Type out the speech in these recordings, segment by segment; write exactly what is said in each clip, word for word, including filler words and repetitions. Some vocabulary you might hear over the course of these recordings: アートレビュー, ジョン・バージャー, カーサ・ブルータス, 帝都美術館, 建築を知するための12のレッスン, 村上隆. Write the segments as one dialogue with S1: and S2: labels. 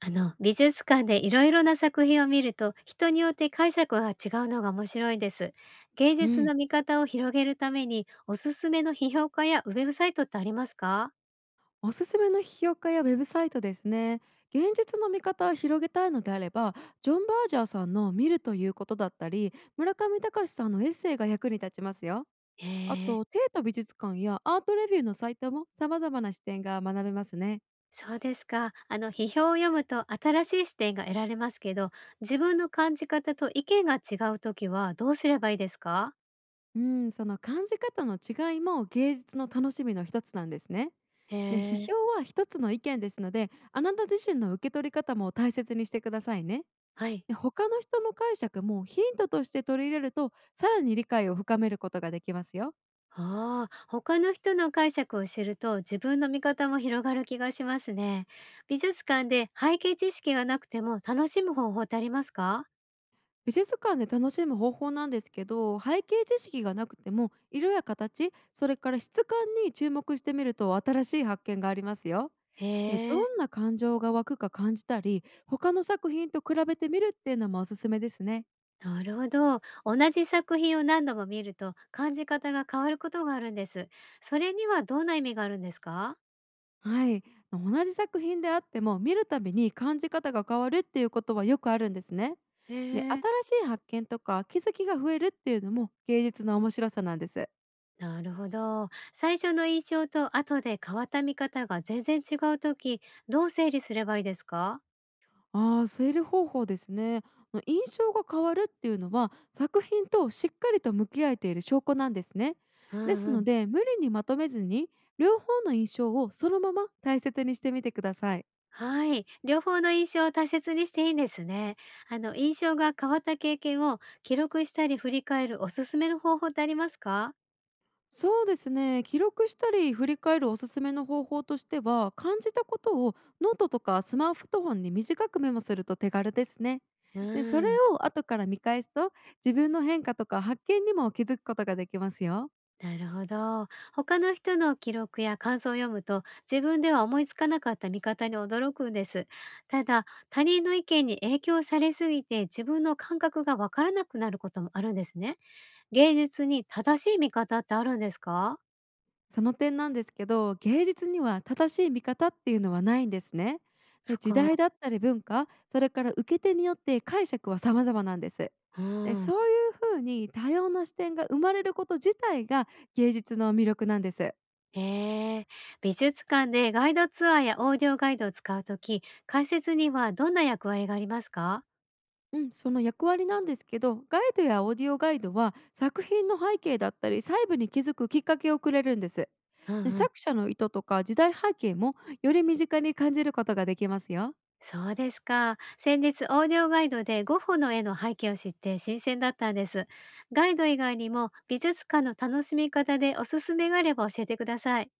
S1: あの美術館でいろいろな作品を見ると人によって解釈が違うのが面白いです。芸
S2: う
S1: 術
S2: ん、
S1: の見方を広げるためにおすすめの批評家やウェブサイトってありますか？
S2: おすすめの批評家やウェブサイトですね。現実の見方を広げたいのであれば、ジョン・バージャーさんの見るということだったり、村上隆さんのエッセイが役に立ちますよ。
S1: へ
S2: あ
S1: え。
S2: と、帝都美術館やアートレビューのサイトも様々な視点が学べますね。
S1: そうですか。あの批評を読むと新しい視点が得られますけど、自分の感じ方と意見が違う時はどうすればいいですか？
S2: うん、その感じ方の違いも芸術の楽しみの一つなんですね。
S1: へ
S2: で、批
S1: え。
S2: 評は一つの意見ですので、あなた自身の受け取り方も大切にしてくださいね。
S1: はい。
S2: で、他の人の解釈もヒントとして取り入れると、さらに理解を深めることができますよ。
S1: ああ、他の人の解釈を知ると自分の見方も広がる気がしますね。美術館で背景知識がなくても楽しむ方法ってありますか？
S2: 美術館で楽しむ方法なんですけど、背景知識がなくても、色や形、それから質感に注目してみると新しい発見がありますよ。
S1: へ
S2: で、ど
S1: え、
S2: んな感情が湧くか感じたり、他の作品と比べてみるっていうのもおすすめですね。
S1: なるほど。同じ作品を何度も見ると感じ方が変わることがあるんです。それにはどんな意味があるんですか？
S2: はい、同じ作品であっても見るたびに感じ方が変わるっていうことはよくあるんですね。
S1: へ
S2: で、
S1: え、
S2: 新しい発見とか気づきが増えるっていうのも芸術の面白さなんです。
S1: なるほど。最初の印象と後で変わった見方が全然違うとき、どう整理すればいいですか？
S2: ああ、整理方法ですね。あの印象が変わるっていうのは作品としっかりと向き合えている証拠なんですね。
S1: う
S2: ですの
S1: ん。
S2: で無理にまとめずに両方の印象をそのまま大切にしてみてください。
S1: はい、両方の印象を大切にしていいんですね。あの、印象が変わった経験を記録したり振り返るおすすめの方法ってありますか？
S2: そうですね、記録したり振り返るおすすめの方法としては、感じたことをノートとかスマートフォンに短くメモすると手軽ですね。
S1: う
S2: で、そ
S1: ー
S2: れ
S1: ん、
S2: を後から見返すと、自分の変化とか発見にも気づくことができますよ。
S1: なるほど。他の人の記録や感想を読むと自分では思いつかなかった見方に驚くんです。ただ、他人の意見に影響されすぎて自分の感覚がわからなくなることもあるんですね。芸術に正しい見方ってあるんですか？
S2: その点なんですけど、芸術には正しい見方っていうのはないんですね。
S1: そ
S2: で、
S1: っ
S2: 時代
S1: か。
S2: だったり文化、それから受け手によって解釈は様々なんです。
S1: う
S2: で、
S1: ん。
S2: そういうふうに多様な視点が生まれること自体が芸術の魅力なんです。
S1: へえ、美術館でガイドツアーやオーディオガイドを使うとき、解説にはどんな役割がありますか？
S2: うん、その役割なんですけど、ガイドやオーディオガイドは作品の背景だったり細部に気づくきっかけをくれるんです。
S1: う
S2: で、
S1: んうん。
S2: 作者の意図とか時代背景も、より身近に感じることができますよ。
S1: そうですか。先日オーディオガイドでゴッホの絵の背景を知って新鮮だったんです。ガイド以外にも美術館の楽しみ方でおすすめがあれば教えてください。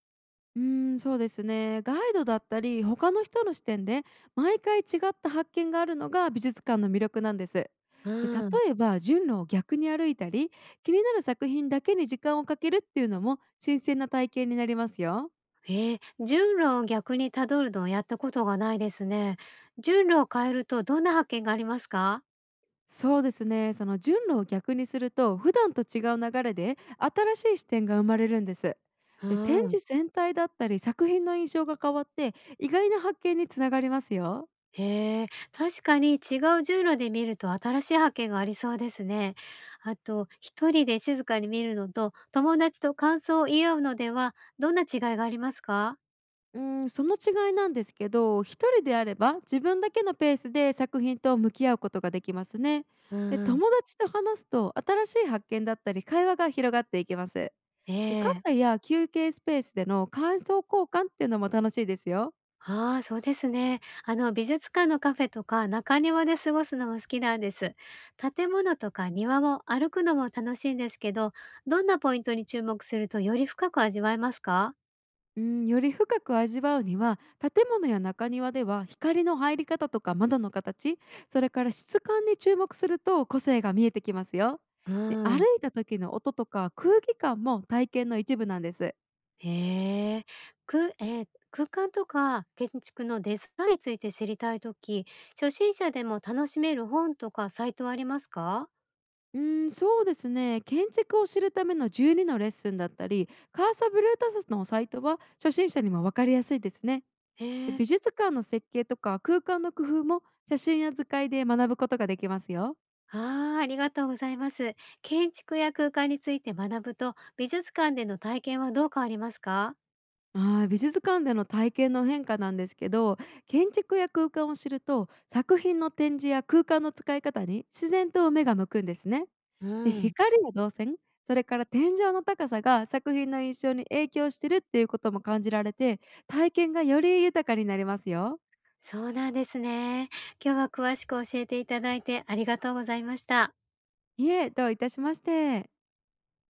S2: うーんそうですね、ガイドだったり他の人の視点で毎回違った発見があるのが美術館の魅力なんです。で、
S1: う
S2: 例
S1: ん。
S2: えば順路を逆に歩いたり、気になる作品だけに時間をかけるっていうのも新鮮な体験になりますよ。
S1: えー、順路を逆にたどるのをやったことがないですね。順路を変えるとどんな発見がありますか？
S2: そうですね、その順路を逆にすると普段と違う流れで新しい視点が生まれるんです。で、
S1: う
S2: 展
S1: ん。
S2: 示全体だったり作品の印象が変わって意外な発見につながりますよ。
S1: へえ、確かに違う順路で見ると新しい発見がありそうですね。あと、一人で静かに見るのと友達と感想を言い合うのではどんな違いがありますか？
S2: うん、その違いなんですけど、一人であれば自分だけのペースで作品と向き合うことができますね。
S1: う
S2: で、
S1: んうん。
S2: 友達と話すと新しい発見だったり会話が広がっていきます。
S1: え
S2: で、カ
S1: え。
S2: フェや休憩スペースでの感想交換っていうのも楽しいですよ。
S1: ああ、そうですね。あの、美術館のカフェとか中庭で過ごすのも好きなんです。建物とか庭も歩くのも楽しいんですけど、どんなポイントに注目するとより深く味わえますか？
S2: うん、より深く味わうには、建物や中庭では光の入り方とか窓の形、それから質感に注目すると個性が見えてきますよ。で、
S1: う
S2: 歩
S1: ん。
S2: いた時の音とか空気感も体験の一部なんです。
S1: へえ。くえー空間とか建築のデザインについて知りたいとき、初心者でも楽しめる本とかサイトはありますか？
S2: うん、そうですね、建築を知るためのじゅうにのレッスンだったりカーサ・ブルータスのサイトは初心者にも分かりやすいですね。
S1: へ
S2: で、
S1: え。
S2: 美術館の設計とか空間の工夫も写真や図解で学ぶことができますよ。
S1: ああ、ありがとうございます。建築や空間について学ぶと、美術館での体験はどう変わりますか？
S2: ああ、美術館での体験の変化なんですけど、建築や空間を知ると作品の展示や空間の使い方に自然と目が向くんですね。
S1: う
S2: で、
S1: ん、
S2: 光や動線、それから天井の高さが作品の印象に影響してるっていうことも感じられて、体験がより豊かになりますよ。
S1: そうなんですね。今日は詳しく教えていただいてありがとうございました。
S2: いえ、どういたしまして。